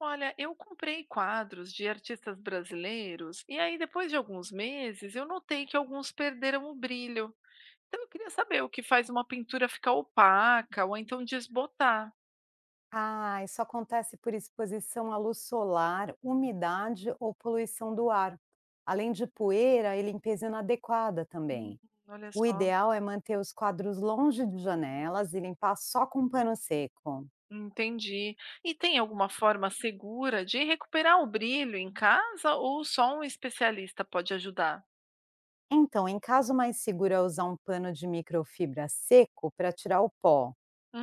Olha, eu comprei quadros de artistas brasileiros e aí depois de alguns meses eu notei que alguns perderam o brilho. Então eu queria saber o que faz uma pintura ficar opaca ou então desbotar. Ah, isso acontece por exposição à luz solar, umidade ou poluição do ar, além de poeira e limpeza inadequada Hum. também. Olha O só, ideal é manter os quadros longe de janelas e limpar só com pano seco. entendi. E tem alguma forma segura de recuperar o brilho em casa ou só um especialista pode ajudar? Então, em caso mais seguro é usar um pano de microfibra seco para tirar o pó.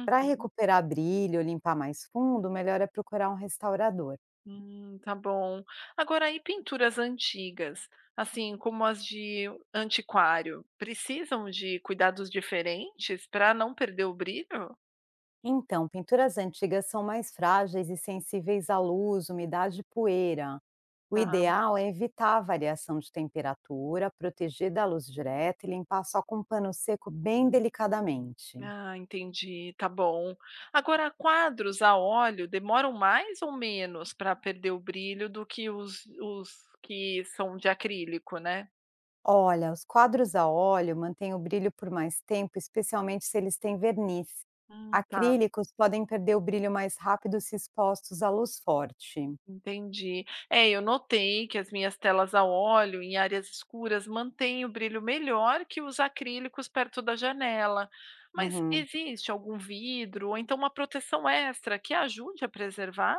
Para recuperar brilho, limpar mais fundo, melhor é procurar um restaurador. Tá bom. Agora, e pinturas antigas, assim como as de antiquário, precisam de cuidados diferentes para não perder o brilho? Então, pinturas antigas são mais frágeis e sensíveis à luz, umidade e poeira. O Tá. ideal é evitar a variação de temperatura, proteger da luz direta e limpar só com um pano seco bem delicadamente. Ah, entendi. Tá bom. Agora, quadros a óleo demoram mais ou menos para perder o brilho do que os que são de acrílico, né? Olha, os quadros a óleo mantêm o brilho por mais tempo, especialmente se eles têm verniz. Tá. Acrílicos podem perder o brilho mais rápido se expostos à luz forte. Entendi. É, eu notei que as minhas telas a óleo em áreas escuras mantêm o brilho melhor que os acrílicos perto da janela. Mas Uhum. existe algum vidro ou então uma proteção extra que ajude a preservar?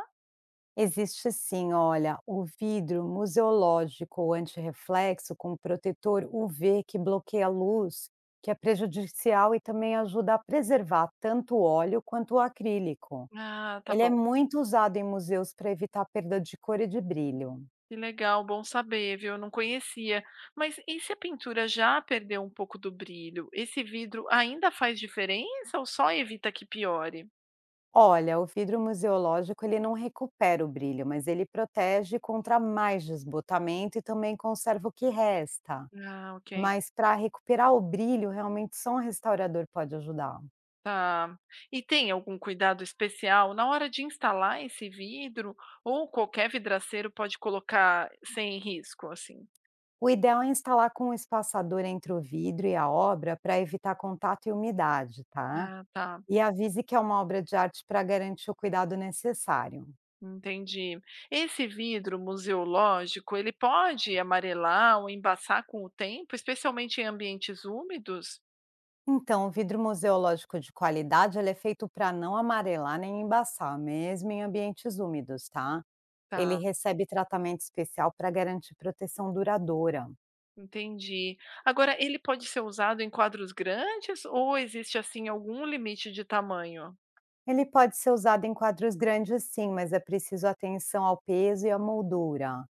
Existe sim, olha, o vidro museológico antirreflexo com protetor UV que bloqueia a luz, que é prejudicial e também ajuda a preservar tanto o óleo quanto o acrílico. Ah, tá Ele é bom. muito usado em museus para evitar perda de cor e de brilho. Que legal, bom saber, viu? Eu não conhecia. Mas e se a pintura já perdeu um pouco do brilho? Esse vidro ainda faz diferença ou só evita que piore? Olha, o vidro museológico ele não recupera o brilho, mas ele protege contra mais desbotamento e também conserva o que resta. Ah, ok. Mas para recuperar o brilho, realmente só um restaurador pode ajudar. Tá. E tem algum cuidado especial na hora de instalar esse vidro ou qualquer vidraceiro pode colocar sem risco, assim? O ideal é instalar com um espaçador entre o vidro e a obra para evitar contato e umidade, tá? Ah, tá. E avise que é uma obra de arte para garantir o cuidado necessário. Entendi. Esse vidro museológico, ele pode amarelar ou embaçar com o tempo, especialmente em ambientes úmidos? Então, o vidro museológico de qualidade ele é feito para não amarelar nem embaçar, mesmo em ambientes úmidos, tá? Ele Tá, recebe tratamento especial para garantir proteção duradoura. entendi. Agora, ele pode ser usado em quadros grandes ou existe assim algum limite de tamanho? Ele pode ser usado em quadros grandes, sim, mas é preciso atenção ao peso e à moldura.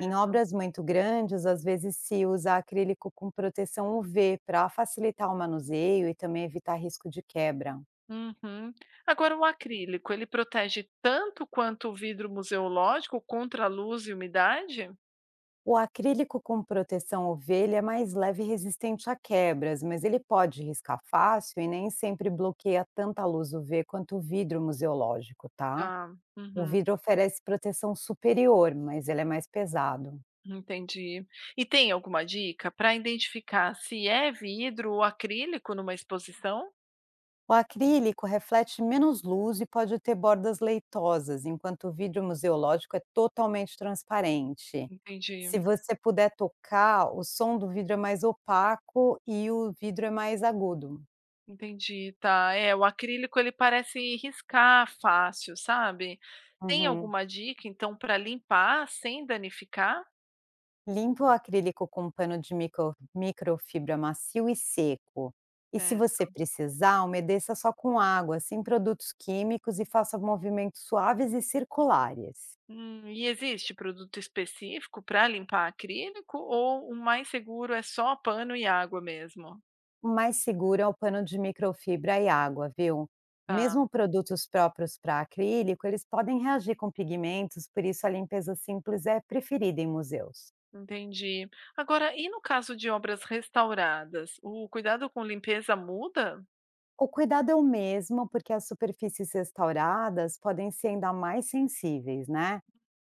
Em obras muito grandes, às vezes se usa acrílico com proteção UV para facilitar o manuseio e também evitar risco de quebra. Uhum. Agora, o acrílico, ele protege tanto quanto o vidro museológico contra a luz e umidade? O acrílico com proteção UV ele é mais leve e resistente a quebras, mas ele pode riscar fácil e nem sempre bloqueia tanta luz UV quanto o vidro museológico, tá? Ah, O uhum, vidro oferece proteção superior, mas ele é mais pesado. entendi. E tem alguma dica para identificar se é vidro ou acrílico numa exposição? O acrílico reflete menos luz e pode ter bordas leitosas, enquanto o vidro museológico é totalmente transparente. Entendi, Se você puder tocar, o som do vidro é mais opaco e o vidro é mais agudo. entendi, tá. É, o acrílico ele parece riscar fácil, sabe? Tem Uhum. alguma dica então para limpar sem danificar? Limpe o acrílico com um pano de microfibra macio e seco. E se você Certo. precisar, umedeça só com água, sem produtos químicos e faça movimentos suaves e circulares. E existe produto específico para limpar acrílico ou o mais seguro é só pano e água mesmo? O mais seguro é o pano de microfibra e água, viu? Tá, Mesmo produtos próprios para acrílico, eles podem reagir com pigmentos, por isso a limpeza simples é preferida em museus. entendi. Agora, e no caso de obras restauradas, o cuidado com limpeza muda? O cuidado é o mesmo, porque as superfícies restauradas podem ser ainda mais sensíveis, né?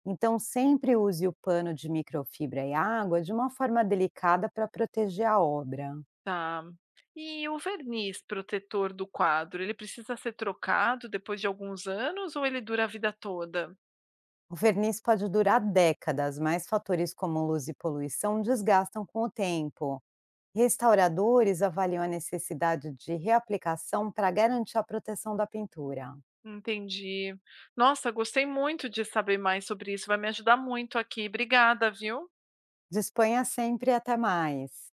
Então, sempre use o pano de microfibra e água de uma forma delicada para proteger a obra. Tá. E o verniz protetor do quadro, ele precisa ser trocado depois de alguns anos ou ele dura a vida toda? O verniz pode durar décadas, mas fatores como luz e poluição desgastam com o tempo. Restauradores avaliam a necessidade de reaplicação para garantir a proteção da pintura. Entendi. Nossa, gostei muito de saber mais sobre isso, vai me ajudar muito aqui. Obrigada, viu? De Espanha sempre e até mais.